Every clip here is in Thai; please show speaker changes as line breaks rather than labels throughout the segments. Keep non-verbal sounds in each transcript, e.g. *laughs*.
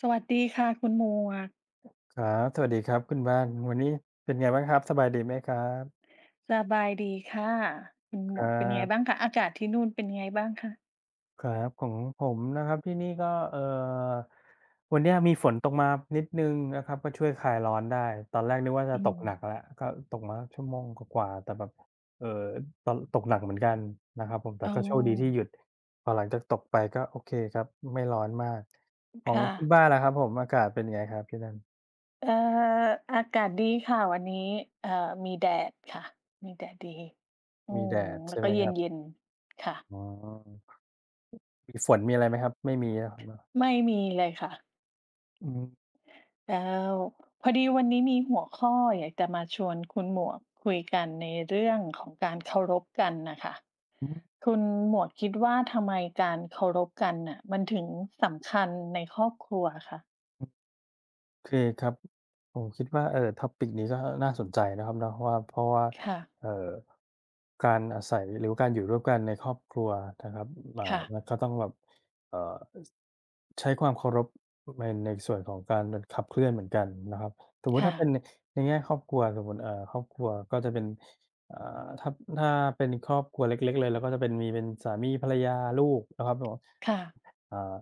สวัสดีค่ะคุณหมวก
ครับสวัสดีครับคุณบ้านวันนี้เป็นไงบ้างครับสบายดีไหมครับ
สบายดีค่ะคุณหม
ครั
วกเป็นไงบ้าง
บ
คะอากาศที่นู่นเป็นไงบ้างคะ
ครับของผมนะครับที่นี่ก็เอ่อวันเนี้ยมีฝนตกมานิดหนึ่งนะครับก็ช่วยคลายร้อนได้ตอนแรกนึกว่าจะ
อื
ตก
ม
หนักแล้วก็ตกมาชั่วโมงกว่าๆแต่แบบเอ่อตอนตกหนักเหมือนกันนะครับผมแต่
อ๋
ก็โชคดีที่ห
อ
ยุดพอหลังจากตกไปก็โอเคครับไม่ร้อนมากของ
ค่ะ
คุณบ้านล่ะครับผมอากาศเป็นไงครับที่นั่น
เอ่ออากาศดีค่ะวันนี้เอ่อมีแดดค่ะมีแดดดีอื
มีแด
ม
ด
แล้
ใช่
วก็
ไหม
เ
ครับ
ย็นๆค่ะ
อ๋อมีฝนมีอะไรไหมครับไม่มีนะครับเนาะ
ไม่มีเลยค่ะ
อืม
แล้วพอดีวันนี้มีหัวข้ออยากจะมาชวนคุณหมวกคุยกันในเรื่องของการเคารพกันน่ะค่ะ
อืม
คุณหมวกคิดว่าทำไมการเคารพกันน่ะมันถึงสำคัญในครอบครัวคะ
โอเคครับผมคิดว่าtopic นี้ก็น่าสนใจนะครับเนาะว่าเพราะว่า
ค่ะ
เอ่อการอาศัยหรือว่าการอยู่ร่วมกันในครอบครัวนะครับอ่า
ค่ะ
มันก็ต้องแบบเอ่อใช้ความเคารพในส่วนของการขับเคลื่อนเหมือนกันนะครับสมมุติ
ค่ะ
ถ้าเป็นในในแง่ครอบครัวสมมุติครอบครัวก็จะเป็นอ่าถ้าถ้าเป็นครอบครัวเล็กๆเลยเราก็จะเป็นมีเป็นสามีภรรยาลูกนะครับผม
ค่ะ
เอ่อ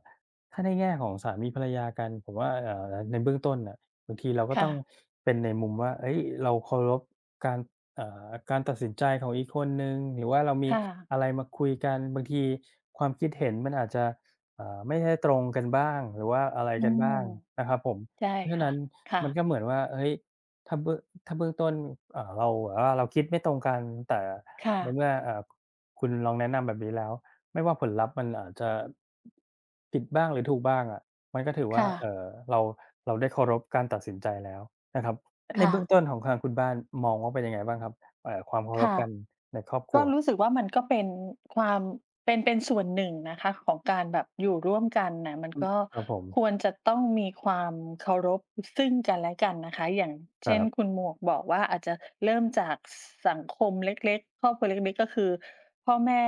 ถ้าในแง่ของสามีภรรยากันผมว่าในเบื้องต้นน่ะบางทีเราก็
ค่ะ
ต้องเป็นในมุมว่าเฮ้ยเราเคารพการการตัดสินใจของอีกคนหนึ่งหรือว่าเรามี
ค่ะ
อะไรมาคุยกันบางทีความคิดเห็นมันอาจจะไม่ได้ตรงกันบ้างหรือว่าอะไร
อื
กัน
ม
บ้างนะครับผม
ใช่
เพราะฉะ
ค่ะ
นั้น
ค่ะ
มันก็เหมือนว่าเฮ้ยถ้าเบื้องถ้าเบื้องต้นเราแบบว่าเราคิดไม่ตรงกันแต่
ค่ะ
ในเมื่อคุณลองแนะนำแบบนี้แล้ว ไม่ว่าผลลัพธ์มันอาจจะผิดบ้างหรือถูกบ้างอะมันก็ถือว่า
ค่ะ
เราเราได้เคารพการตัดสินใจแล้วนะครับใน
ค่ะ
เบื้องต้นของทางคุณบ้านมองว่าเป็นยังไงบ้างครับความเคารพ
ค่ะ
กันในครอบครั
ก็
ว
รู้สึกว่ามันก็เป็นความเป็นส่วนหนึ่งนะคะของการแบบอยู่ร่วมกันนะมัน
อืม
ก็
ครับผม
ควรจะต้องมีความเคารพซึ่งกันและกันนะคะอย่าง
ครั
เช่นคุ
บ
ณหมวกบอกว่าอาจจะเริ่มจากสังคมเล็กๆครอบครัวเล็กๆก็คือพ่อแม่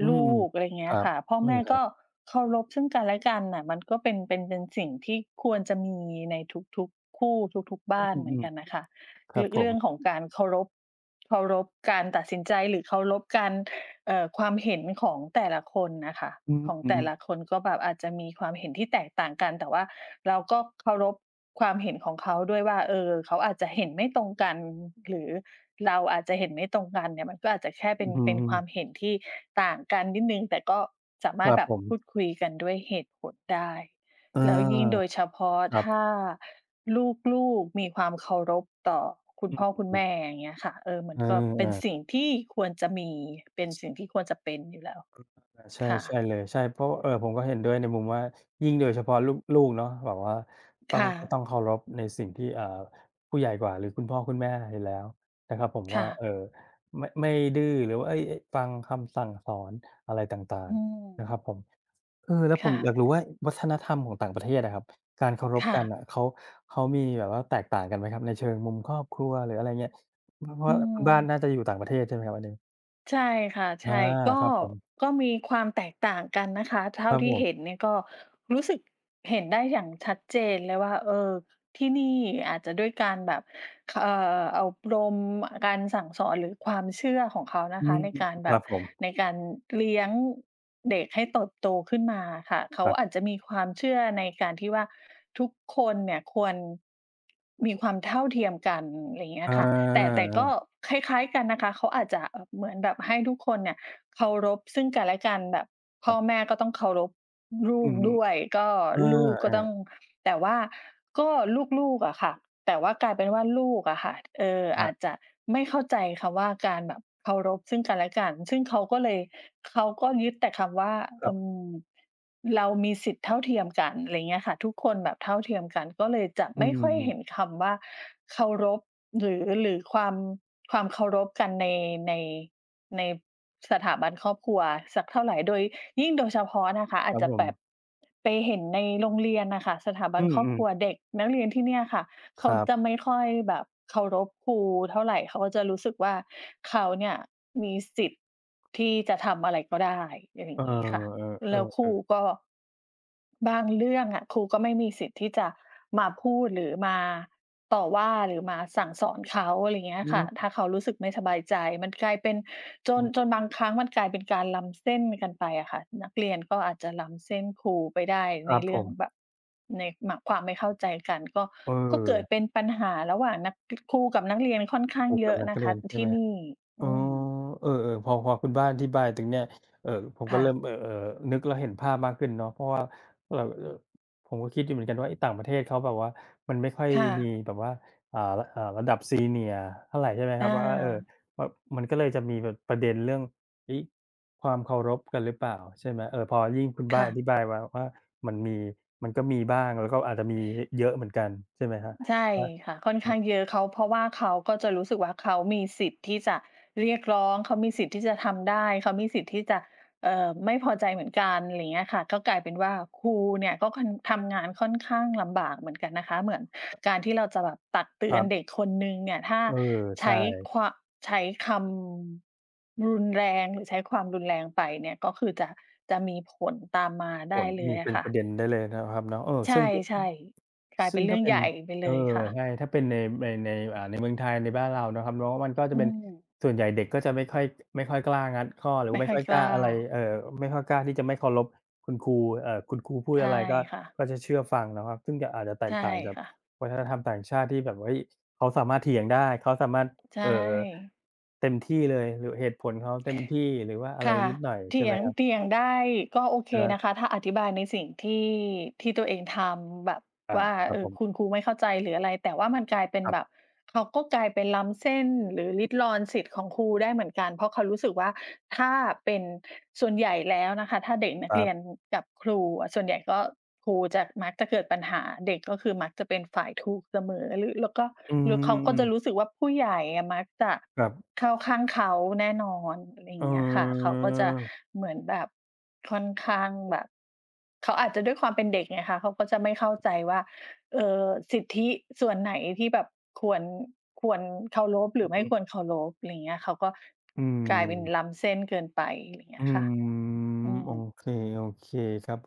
อืม
ลูกอะไร
ค
เงี้
รั
ย
บ
ค่ะพ่อ
นั่นแห
แม่
ละครั
ก็
บ
เคารพซึ่งกันและกันน่ะมันก็เป็นสิ่งที่ควรจะมีในทุกๆคู่ทุกๆบ้าน
อื
เหมือน
ม
กันนะคะ
ๆครับ
เรื่อง
ผม
เรื่องของการเคารพการตัดสินใจหรือเคารพการความเห็นของแต่ละคนน่ะค่ะ
อืม
ของ
อือ
แต่ละคนก็แบบอาจจะมีความเห็นที่แตกต่างกันแต่ว่าเราก็เคารพความเห็นของเขาด้วยว่าเออเขาอาจจะเห็นไม่ตรงกันหรือเราอาจจะเห็นไม่ตรงกันเนี่ยมันก็อาจจะแค่
อื
เป็น
อฮึ
เป็นความเห็นที่ต่างกันนิดหนึ่งแต่ก็สา
ค
มารถ
รับ
แบ
ผ
บ
ม
พูดคุยกันด้วยเหตุผลได้
เ
แล้วยิ่งโด
ออ
ยเฉพาะ
ครั
ถ้า
บ
ลูกๆมีความเคารพต่อคุณ
อื
พ่อคุณ
ม
แม่อย่างเงี้ยค่ะเออมั
ๆเ
นก็เป็น
ออ
สิ่งที่ควรจะมีเป็น
ๆ
สิ่งที่ควรจะเป็นอยู่แล้ว
อาใช่
ค่ะ
ใช่เลยใช่เพราะผมก็เห็นด้วยในมุมว่ายิ่งโดยเฉพาะลูกๆเนาะแบบว่าต้อง
ค่ะ
ก็ต้องเคารพในสิ่งที่ผู้ใหญ่กว่าหรือคุณพ่อคุณแม่อยู่แล้วนะครับผมว่า
ค่ะ
ไม่ดื้อหรือว่าเฮ้ยเอ๊ะฟังคำสั่งสอนอะไรต่าง
อื
ๆนะครับ
ม
ผมเออแล้วผม
ค่ะ
อยากรู้ว่าวัฒนธรรมของต่างประเทศอะครับการเคารพ
ค่ะ
กันน่ะเขามีแบบว่าแตกต่างกันไหมครับในเชิงมุมครอบครัวหรืออะไรเงี้ยเพราะ
อื
ว่าคุณบ้านน่า
ม
จะอยู่ต่างประเทศใช่ไหมครับอันนี้
ใช่ค่ะ
อา
ใช่ก็
ครับผม
ก็มีความแตกต่างกันนะคะ
ค
เท่า
รับผ
ที่
ม
เห็นเนี่ยก็รู้สึกเห็นได้อย่างชัดเจนเลยว่าเออที่นี่อาจจะด้วยการแบบ เอ่อบรมการสั่งสอนหรือความเชื่อของเขานะ
อื
คะ
ม
ในการ
ค
แบ
รั
บ
บผม
ในการเลี้ยงเด็กให้เติบโตขึ้นมาค่ะเขา
ครั
อาจ
บ
จะมีความเชื่อในการที่ว่าทุกคนเนี่ยควรมีความเท่าเทียมกันไรเงี้
อ
ยค่ะแต่
า
แต่ก็คล้ายๆกันนะคะเขาอาจจะเหมือนแบบให้ทุกคนเนี่ย เคารพซึ่งกันและกันแบบ
ค
พ่
รั
อ
บ
แม่ก็ต้องเคารพลู
อื
ก
ม
ด้วยก็
เอ
ลูกก็ต้อ
อ
งแต่ว่าก็ลูกๆอะค่ะแต่ว่ากลายเป็นว่าลูกอะค่ะ
อาครั
อาจจะ
บ
ไม่เข้าใจคำว่าการแบบเคารพซึ่งกันและกันซึ่งเขาก็ยึดแต่คำว่า
ครั
อื
บ
มเรามีสิทธิ์เท่าเทียมกันอะไรเงี้ยค่ะทุกคนแบบเท่าเทียมกันก็เลยจะ
อื
ไม่ค่อย
ม
เห็นคำว่าเคารพหรือความความเคารพกันใน ในสถาบันครอบครัวสักเท่าไรโดยยิ่งโดยเฉพาะนะคะ
ค
อาจ
รับ
จะ
ผม
แบบไปเห็นในโรงเรียนน่ะค่ะสถาบั
อื
นครอบค
ม
รัว
ๆ
เด็กนักเรียนที่เนี่ยค่ะ
ค
เขา
รั
จะ
บ
ไม่ค่อยแบบเคารพครูเท่าไรเขาก็จะรู้สึกว่าเขาเนี่ยมีสิทธิ์ที่จะทำอะไรก็ได้อะไรอ
เออ
ย่างงี้ค่ะ
เอ
แล้วค
อ
รู
ๆ
ก็
ๆ
บางเรื่องอะครูก็ไม่มีสิทธิ์ที่จะมาพูดหรือมาต่อว่าหรือมาสั่งสอนเขาอะไรอย่างเงี้ย
อื
ค่ะ
ม
ถ้าเขารู้สึกไม่สบายใจมันกลายเป็นจนบางครั้งมันกลายเป็นการล้ำเส้นกันไปอะค่ะนักเรียนก็อาจจะล้ำเส้นครูไปได้
ค
ใน
รับผ
เรื่อง
ม
แบบ ในหมะความไม่เข้าใจกันก็
เ
ก็เกิด
ออ
เป็นปัญหาระหว่างนักครูกับนักเรียนค่อนข้า
ป
ง
ลุก
เย
กับ
อะ
นัก
นะ
เรี
คะ
ยนใช่ไห
ที่
ม
นี่
อ๋อ
อืม
เออๆพอพอคุณบ้านอธิบายถึงเนี่ยเอ่อผมก็
ค่ะ
เริ่มนึกแล้วเห็นภาพมากขึ้นเนาะเพราะว่าเอ่อเอ่อผมก็คิดอยู่เหมือนกันว่าไอ้ต่างประเทศเขาแบบว่ามันไม่ค่อย
ค่ะ
มีแบบว่าอ่าระดับ Senior เท่าไรใช่ไหมครั
อา
บว่าเออว่ามันก็เลยจะมีแบบประเด็นเรื่องเฮ้ยความเคารพกันหรือเปล่าใช่ไหมเออพอยิ่งคุณบ้าน
ค่ะ
อธิบายมาว่ามันมีมันก็มีบ้างแล้วก็อาจจะมีเยอะเหมือนกันใช่ไหมครับ
ใช่
ว่า
ค่ะค่อนข้างเยอะเขาเพราะว่าเขาก็จะรู้สึกว่าเขามีสิทธิ์ที่จะเรียกร้องเขามีสิทธิ์ที่จะทำได้เขามีสิทธิ์ที่จะไม่พอใจเหมือนกันอะไรอย่างเงี้ยค่ะก็กลายเป็นว่าครูเนี่ยก็ค่อนทำงานค่อนข้างลำบากเหมือนกันนะคะเหมือนการที่เราจะแบบตักเตื
ค
อ
รั
นเด็
บ
กคนหนึ่งเนี่ยถ้า
เออใช่
ใช้ควาใช้คำรุนแรงหรือใช้ความรุนแรงไปเนี่ยก็คือจะมีผลตามมา
ผ
ได้
ล
เล
มี
ย
เป็
อะ
นป
ค่ะ
ระเด็นได้เลยนะครับเนาะเออ
ใช่
ซึ่งก็
ๆกลาย
ซึ่
เป็
ง
นเรื่
ถ้า
อง
เป็น
ใหญ่ไป
เอ
เลย
อ
ค่ะ
ใช่ถ้าเป็นในในในเมืองไทยในบ้านเรานะครับเนาะมันก็จะ
อื
เป็น
ม
ส่วนใหญ่เด็กก็จะไม่ค่อยกล้างัดข้อหรือ
ไม่
ไม่
ค่อ
ค่
ย
อย
ก
กล้า
ล้า
อะไรไม่ค่อยกล้าที่จะไม่เคารพคุณครูคุณครูพูด
ใช่
อะไรก็
ค่ะ
ก็จะเชื่อฟังนะครับซึ่งจะอาจจะแตก
ใช่
ต่างจาก
ค่ะ
วัฒนธรรมต่างชาติที่แบบเฮ้ยเขาสามารถเถียงได้เขาสามารถ
ใช
เอ่อ
่
เต็มที่เลยหรือเหตุผลเขาเต็มที่หรือว่าอะไร
ค่ะ
นิดหน่อยใช่
เถี
ไห
ย
ม
ง
ครับ
เถียงได้ก็โอเค
ครั
นะคะ
บ
ถ้าอธิบายในสิ่งที่ที่ตัวเองทำแบบ
อา
ว่า
ครับผม
คุณครูไม่เข้าใจหรืออะไรแต่ว่ามันกลายเป็น
ครั
แบบ
บ
เขาก็กลายเป็นล้ำเส้นหรือริดรอนสิทธิ์ของครูได้เหมือนกันเพราะเขารู้สึกว่าถ้าเป็นส่วนใหญ่แล้วนะคะถ้าเด็กนั
ค
ก
รั
เรียน
บ
กับครูอะส่วนใหญ่ก็ครูจะมักจะเกิดปัญหาเด็กก็คือมักจะเป็นฝ่ายถูกเสมอหรือแล้วก็
อื
หรือเขาก็จะรู้
ม
สึกว่าผู้ใหญ่อะมักจะ
ครับ
เข้าข้างเขาแน่นอนอะไรอ
เอ
ย่างเงี้ยค่ะเขาก็จะ
อ
เหมือนแบบค่อนข้างแบบ เขาอาจจะด้วยความเป็นเด็กไงคะเขาก็จะไม่เข้าใจว่าเอ่อสิทธิส่วนไหนที่แบบควรควรเคารพหรือ
อื
ไม่ค
อ
วรเคารพอะไรเงี้ยเขาก็
อื
กลายเป็น
ม
ล้ำเส้นเกินไปอะไร
อื
เงี้ยค่ะ
ม
อืม
โอเคโอเคครับ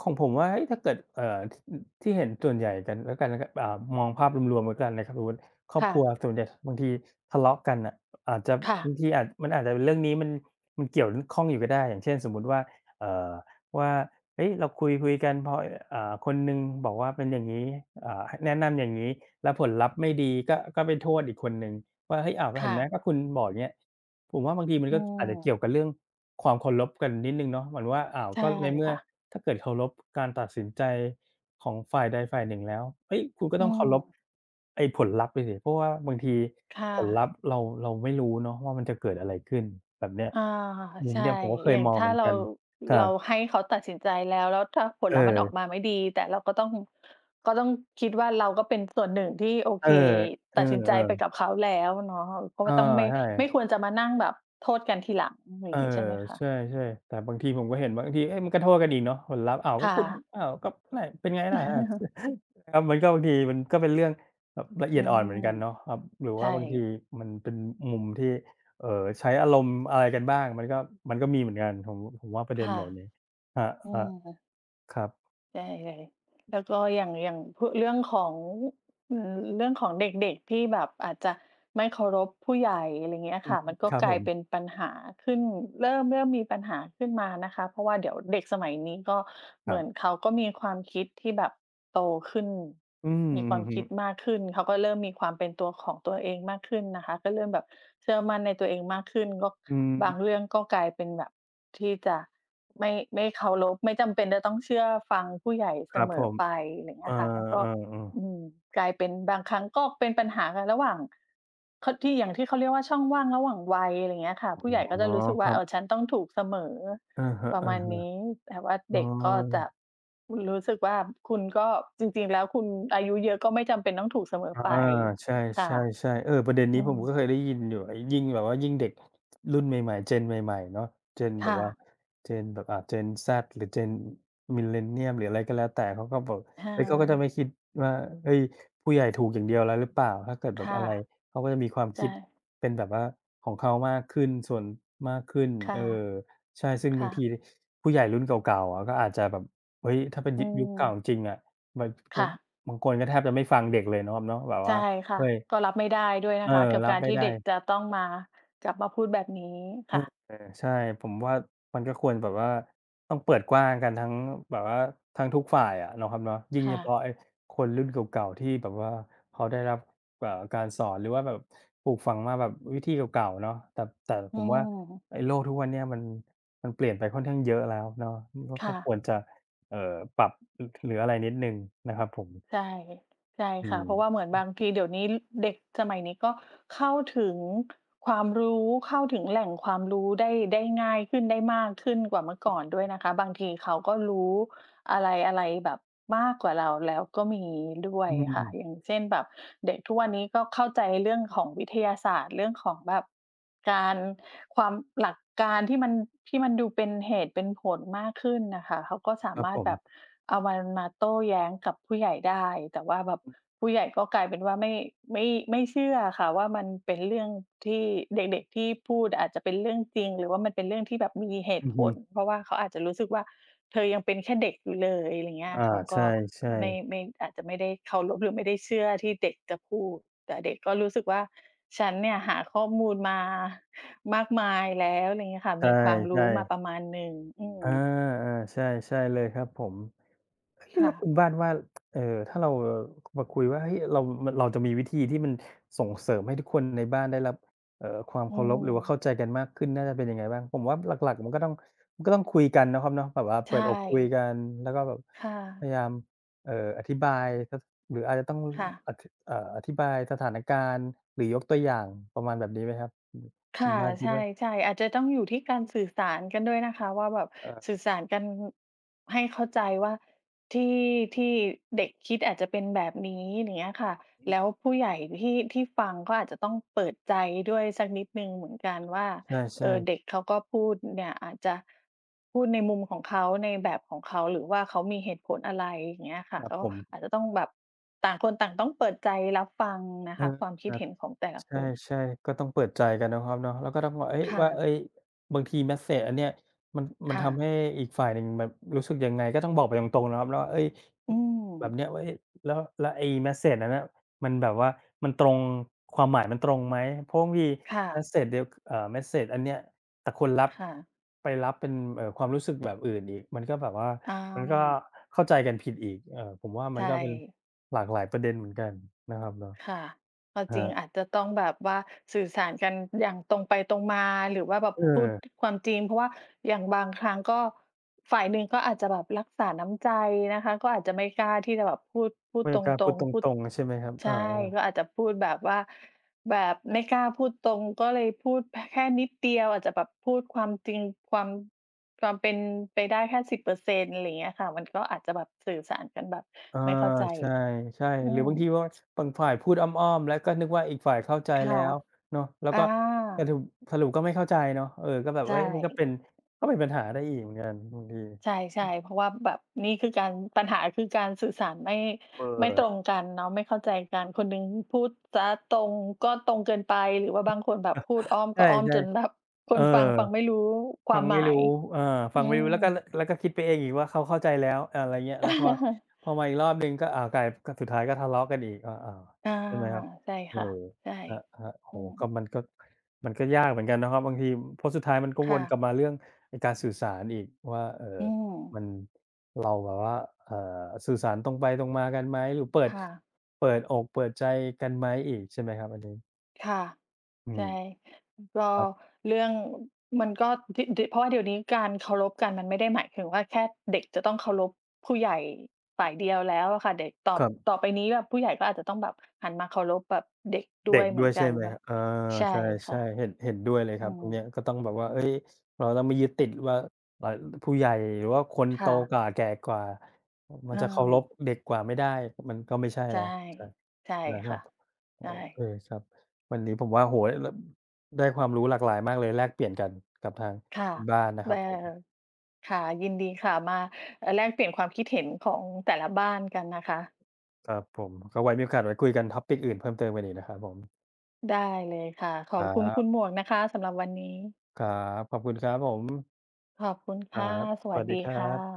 ของผมว่าเฮ้ยถ้าเกิดที่ที่เห็นส่วนใหญ่กันแล้วกันนะครับมองภาพรวมๆแล้วกันนะครับสมมุติครอบ
ค่ะ
ครัวส่วนใหญ่บางทีทะเลาะกันน่ะอาจจะ
ค่ะ
บางทีอาจมันอาจจะเป็นเรื่องนี้มันเกี่ยวข้องอยู่ก็ได้อย่างเช่นสมมุติว่าเอ่อว่าเฮ้ยเราคุยๆกันพอคนหนึ่งบอกว่าเป็นอย่างงี้แนะนำอย่างงี้แล้วผลลัพธ์ไม่ดีก็ไปโทษอีกคนหนึ่งว่าเฮ้ยอ้าวก็เห็น
ค่ะ
ไหมก็คุณบอกอย่างเงี้ย ผมว่าบางทีมัน
อื
ก็อาจ
ม
จะเกี่ยวกับเรื่องความเคารพกันนิดหนึ่งเนาะเหมือนว่าอ้าว
ใช่
ก็ในเมื่อ
ค่ะ
ถ้าเกิดเคารพการตัดสินใจของฝ่ายใดฝ่ายหนึ่งแล้วเฮ้ยคุณก็
อื
ต้องเคารพ
ม
ไอ้ผลลัพธ์ไปสิเพราะว่าบางที
ค่ะ
ผลลัพธ์เราไม่รู้เนาะว่ามันจะเกิดอะไรขึ้นแบบเนี้ย
อา
มุม
ใช่
เนี้ยผมก็เค
อ
ย
ย่าง
มองเห
ถ้า
มือน
เรา
กันครั
เรา
บ
ให้เขาตัดสินใจแล้วแล้วถ้าผล
เ
ลัพธ์มันออกมา
ออ
ไม่ดีแต่เราก็ต้องก็ต้องคิดว่าเราก็เป็นส่วนหนึ่งที่โอ
เอ
เค
อเอ
ตัดสินใจไป
อ
กับเขาแล้วเนาะเพ
ๆ
ราะ
เออ
ว่าต้อง
ใช่
ไม่ควรจะมานั่งแบบโทษกันทีหลังอ
เอ
ย่า
อ
งงี้ใช่ไหม
ใช่
คะ
ๆแต่บางทีผมก็เห็นว่าบางทีเอ๊ะมันก็โทษกันอีกเนาะผลลัพธ์อ้าวก็
ค่ะ
คุณอ้าวก็ไหนเป็นไงล่ะอา *laughs* ครับมันก็บางทีมันก็เป็นเรื่องแบบละเอี
อื
ยดอ่อนเหมือนกันเนาะ
ม
ครับหรือ
ใช่
ว่าบางทีมันเป็นมุมที่เอ่อใช้อารมณ์อะไรกันบ้างมันก็มันก็มีเหมือนกันผมว่าประเด็นเห
ค่ะ
ล่านี้ค
อื
รับ
ม
ๆครับ
ใช่เลยแล้วก็อย่างพเรื่องของ อืมเรื่องของเด็กๆที่แบบอาจจะไม่เคารพผู้ใหญ่อะไรเงี้ย
อืม
ค่ะมันก็
ครับ
ก
ผ
ลาย
ม
เป็นปัญหาขึ้นเริ่มมีปัญหาขึ้นมานะคะเพราะว่าเดี๋ยวเด็กสมัยนี้ก็
ค
เห
รั
มือน
บ
เขาก็มีความคิดที่แบบโตขึ้น
อืม
มีค
อื
วา
อ
ม
ฮึ
คิดมากขึ้นเขาก็เริ่มมีความเป็นตัวของตัวเองมากขึ้นนะคะก็เริ่มแบบเชื่อมั่นในตัวเองมากขึ้นก็
อืม
บางเรื่องก็กลายเป็นแบบที่จะไม่เคารพไม่จำเป็นจะต้องเชื่อฟังผู้ใหญ่
ค
เส
รับ
ม
ผ
อ
ม
ไปอะไร
เอ
เงี้
อ
ยค่ะมันก็
ๆ
อื
ๆ
มกลายเป็นบางครั้งก็เป็นปัญหากันระหว่างเขาที่อย่างที่เขาเรียกว่าช่องว่างระหว่างวัยอะไรอย่างเงี้ยค่ะ
อ๋อ
ผู้ใหญ่ก็จะรู้สึก
ค
ว่า
รับ
ฉันต้องถูกเสมอ
อะฮ
ประมาณ
ะๆ
นี้แต่ว่า
อ๋
เด็กก็
อ
จะรู้สึกว่าคุณก็จริงๆแล้วคุณอายุเยอะก็ไม่จำเป็นต้องถูกเสมอ
อา
ไป
ใช
ค่ะ
่ๆๆเออประเด็น
อื
นี้ผ
ม
มก็เคยได้ยินอยู่ไอ้ยิ่งแบบว่ายิ่งเด็กรุ่นใหม่ๆเจนใหม่ๆเนาะเจนแบบ
ค่ะ
ว่าเจนแบบGen Z หรือ Gen Millennium หรืออะไรก็แล้วแต่เขาก็บอก
อ
เฮ้ยเขาก็จะ
า
ไม่คิดว่าเฮ้ยผู้ใหญ่ถูกอย่างเดียวแล้วหรือเปล่าถ้าเกิดแบบอะ
ค่ะ
ไรเขาก็จะมีความคิ
ใช่
ดเป็นแบบว่าของเขามากขึ้นส่วนมากขึ้นเออ
ค่ะ
ใช่ซึ่งบาง
ค่ะ
ทีผู้ใหญ่รุ่นเก่าๆอะก็อาจจะแบบเฮ้ยถ้าเป็น
อื
ยยุคเก่าจริ
ม
งๆอะมันก็
ค่ะ
บางคนก็แทบจะไม่ฟังเด็กเลยเนาะครับเนาะแบบ
ใช่
ว่า
ค่ะ
เฮ้ย
ก็รับไม่ได้ด้วย
เอ
นะ
อ
คะกับ
รับ
การ
ไม่
ที่
ได้
เด็กจะต้องมากลับมาพูดแบบนี้ค่ะ
เออใช่ผมว่ามันก็ควรแบบว่าต้องเปิดกว้างกันทั้งแบบว่าทั้งทุกฝ่ายอะเนาะครับเนาะยิ่งเฉ
ค่ะ
พาะไอ้คนรุ่นเก่าๆที่แบบว่าเขาได้รับการสอนหรือว่าแบบปลูกฝังมาแบบวิธีเก่าๆเนาะแต่ผ
อื
มว่า
ม
ไอ้โลกทุกวันเนี้ยมันมันเปลี่ยนไปค่อนข้างเยอะแล้วเนาะก็
ค่ะ
ควรจะเอ่อปรับหหรืออะไรนิดหนึ่งนะครับผม
ใช่ ใช่
อื
ค่ะ
ม
เพราะว่าเหมือนบางทีเดี๋ยวนี้เด็กสมัยนี้ก็เข้าถึงความรู้ เข้าถึงแหล่งความรู้ได้ง่ายขึ้นได้มากขึ้นกว่าเมื่อก่อนด้วยนะคะ บางทีเขาก็รู้ อะไรอะไรแบบมากกว่าเราแล้วก็มีด้วย
อืม
ค่ะอย่างเช่นแบบเด็กทุกวันนี้ก็เข้าใจเรื่องของวิทยาศาสตร์เรื่องของแบบการความหลักการที่มันที่มันดูเป็นเหตุเป็นผลมากขึ้นน่ะค่ะเขาก็
ค
สา
รับ
มา
ผ
รถ
ม
แบบเอามันมาโต้แย้งกับผู้ใหญ่ได้แต่ว่าแบบผู้ใหญ่ก็กลายเป็นว่าไม่ไม่เชื่ออะค่ะว่ามันเป็นเรื่องที่เด็กๆที่พูดอาจจะเป็นเรื่องจริงหรือว่ามันเป็นเรื่องที่แบบมีเห
อื
ตุ
อ
ผ
ฮึ
ลเพราะว่าเขาอาจจะรู้สึกว่า เธอยังเป็นแค่เด็กอยู่เลยอะไรเงี้ย
อา
เขาก็
ใช่ๆใ
ไม่อาจจะไม่ได้เคารพหรือไม่ได้เชื่อที่เด็กจะพูดแต่เด็กก็รู้สึกว่าฉันเนี่ยหาข้อมูลมามากมายแล้วอะไรเงี้ยค่ะ
ช่
มีความ
ใช่
รู้มาประมา
ๆ
ณหนึ่งอืม
อาๆใช่ใช่เลยครับผมเฮ้ยแล้
ค่ะ
วคุณบ้านว่าเอ่อถ้าเรามาคุยว่าเฮ้ยเรามันเราจะมีวิธีที่มันส่งเสริมให้ทุกคนในบ้านได้รับความ
อื
เคารพหรือว่าเข้า
ม
ใจกันมากขึ้นน่าจะเป็นยังไงบ้างผมว่าหลักๆมันก็ต้องมันก็ต้องคุยกันนะครับเนาะแบบว่าเปิด
ใช่
อกคุยกันแล้วก็แบบ
ค่ะ
พยายามอธิบายสหรืออาจจะต้อง
ค่ะ
ออธิบายสถานการณ์หรือยกตัวอย่างประมาณแบบนี้ไหมครับคุณคุณ
ค่ะ
บ้านคิ
ใช
ดว่า
่ๆอาจจะต้องอยู่ที่การสื่อสารกันด้วยนะคะว่าแบบสื่
เอ
อสารกันให้เข้าใจว่าที่ที่เด็กคิดอาจจะเป็นแบบนี้อย่างเงี้ยค่ะแล้วผู้ใหญ่ที่ฟังก็อาจจะต้องเปิดใจด้วยสักนิดหนึ่งเหมือนกันว่า
าใช่ๆ
เด็กเขาก็พูดเนี่ยอาจจะพูดในมุมของเขาในแบบของเขาหรือว่าเขามีเหตุผลอะไรอย่างเงี้ย
ค
ค่ะ
รับ
ก็
ผม
อาจจะต้องแบบต่างคนต่างต้องเปิดใจรับฟังนะ
เออ
คะความคิด
อา
เห็นของแต่ละคน
ใช่ๆก็ต้องเปิดใจกันนะครับเนาะแล้วก็ต้องว่าเฮ้ย
ค่ะ
ว่าเฮ้ยบางทีเมสเสจอันเนี้ยมันมัน
ค่ะ
ทำให้อีกฝ่ายหนึ่งแบบรู้สึกยังไงก็ต้องบอกไปตรงๆนะครับเนาะว่าเฮ้ย
อื
แบบเนี้
ม
ยว่าเฮ้ยแล้วแล้วไอ้เมสเสจนั้นน่ะมันแบบว่ามันตรงความหมายมันตรงไหมเพราะบางที
ค่ะ
เมสเสจเดียวเมสเสจอันเนี้ยแต่คนรับ
ค่ะ
ไปรับเป็นความรู้สึกแบบอื่นอีกมันก็แบบว่า
อ
มันก็
า
เข้าใจกันผิดอีกผมว่ามัน
ใช่
ก็เป็นหลากหลายประเด็นเหมือนกันนะครับเนาะ
ค่ะเอา
ค
จ
รั
ริงอา
บ
จจะต้องแบบว่าสื่อสารกันอย่างตรงไปตรงมาหรือว่าแบบ
เอ
พูด
อ
ความจริงเพราะว่าอย่างบางครั้งก็ฝ่ายหนึ่งก็อาจจะแบบรักษาน้ำใจนะคะก็อาจจะไม่กล้าที่จะแบบพูด
ไม่
ต
กล้าพู
ร
ด
ง
ต
ๆพูด
รงๆใช่ไหมครับ
ใช่
อา
ก็อาจจะพูดแบบว่าแบบไม่กล้าพูดตรงก็เลยพูดพแค่นิดเดียวอาจจะแบบพูดความจริงความความเป็นไปได้แค่10%อร์เซ็นต์อะไรอย่างเงี้ยค่ะมันก็อาจจะแบบสื่อสารกันแบบ
ๆอา
ไม่เข้าใจ
ใช่ใช่
อื
หรือ
ม
บางทีว่าบางฝ่ายพูดอ้อมๆแล้วก็นึกว่าอีกฝ่ายเข้าใจแล้
ค่ะ
วเนาะแล้ว
อา
ก็สรุปสรุปก็ไม่เข้าใจเนาะเออก็แบบ
ใช่
เฮ้ยมันก็เป็นก็เป็นปัญหาได้อีกเหมือนกันบางที
ใช่ๆเพราะว่าแบบนี่คือการปัญหาคือการสื่อสารไม่
เอ
ไม่ตรง
อ
กันเนาะไม่เข้าใจกันคนหนึ่งพูดจ๊ะตรงก็ตรงเกินไปหรือว่าบางคนแบบพูดอ้อ
*laughs*
ม
ใช
ก็อ้อม
่
จนแบบค
ๆเออ
นฟังฟังไม่รู้ค
ฟั
วา
ง
มห
ไม่
มาย
รู้เออฟั
อื
งไม่
ม
รู้แล้วก็แล้วก็คิดไปเองอีกว่าเขาเข้าใจแล้วอะไรเงี้ยแล้วพอมาอีกรอบหนึ่งก็อ้าวกลายก็สุดท้ายก็ทะเลาะกันอีกอา
อา
ๆใช่ไหมครับ
ใช่
เออ
ค่ะใช่
ครับครับโอ้โฮ
อืม
ก็มันก็มันก็ยากเหมือนกันนะครับบางทีเพราะสุดท้ายมันก็ว
ค่ะ
นกลับมาเรื่องไอ้การสื่อสารอีกว่า
อืม
มันเราแบบว่าเอ่อสื่อสารตรงไปตรงมากันไหมหรือเปิด
ค่ะ
เปิดอกเปิดใจกันไหมอีกใช่ไหมครับอันนี้
ค่ะ
อื
ใช่
ม
ก็
ครับ
เรื่องมันก็ดิดิเพราะว่าเดี๋ยวนี้การเคารพกันมันไม่ได้หมายถึงว่าแค่เด็กจะต้องเคารพผู้ใหญ่ฝ่ายเดียวแล้วอะค่ะเด็กต่อ
ครับ
ต่อไปนี้แบบผู้ใหญ่ก็อาจจะต้องแบบหันมาเคารพแบบเด็กด้
เด็
วย
ก
เห
ด้
มื
ว
อน
ย
กั
ใช่
น
ไหมค
ค่ะ
รับอา
ใช่
ใช่
ค่ะ
ๆเห็นเห็นด้วยเลยค
อื
รับต
ม
รงเนี้ยก็ต้องแบบว่าเฮ้ยเราต้องไม่ยึดติดว่าเอ่อผู้ใหญ่หรือว่าคนโต
ค่ะ
กว่าแก่กว่ามัน
เออ
จะเคารพเด็กกว่าไม่ได้มันก็ไม่ใช่
ใช่
แล้วใช่
ใช่
นะครั
ค่ะ
บโอ
ใช่
เคครับวันนี้ผมว่าโอ้โฮลได้ความรู้หลากหลายมากเลยแลกเปลี่ยนกันกับทาง
ค่ะ
คุณบ้านนะค
เอ่
รั
อ
บผม
ค่ะยินดีค่ะมาแลกเปลี่ยนความคิดเห็นของแต่ละบ้านกันนะคะ
ครับผมก็ไว้มีโอกาสไว้คุยกัน topic อื่นเพิ่มเติมกันอีกนะครับผม
ได้เลยค่ะข
ค
อบ
รั
คุณคุณหม
บ
วกนะคะสำหรับวันนี้
ครับขอบคุณครับผม
ขอบคุณ
ครั
ค่ะ
บ
ส
ส
วั
วั
ส
สดี
ดี
ครั
ค่ะ
บ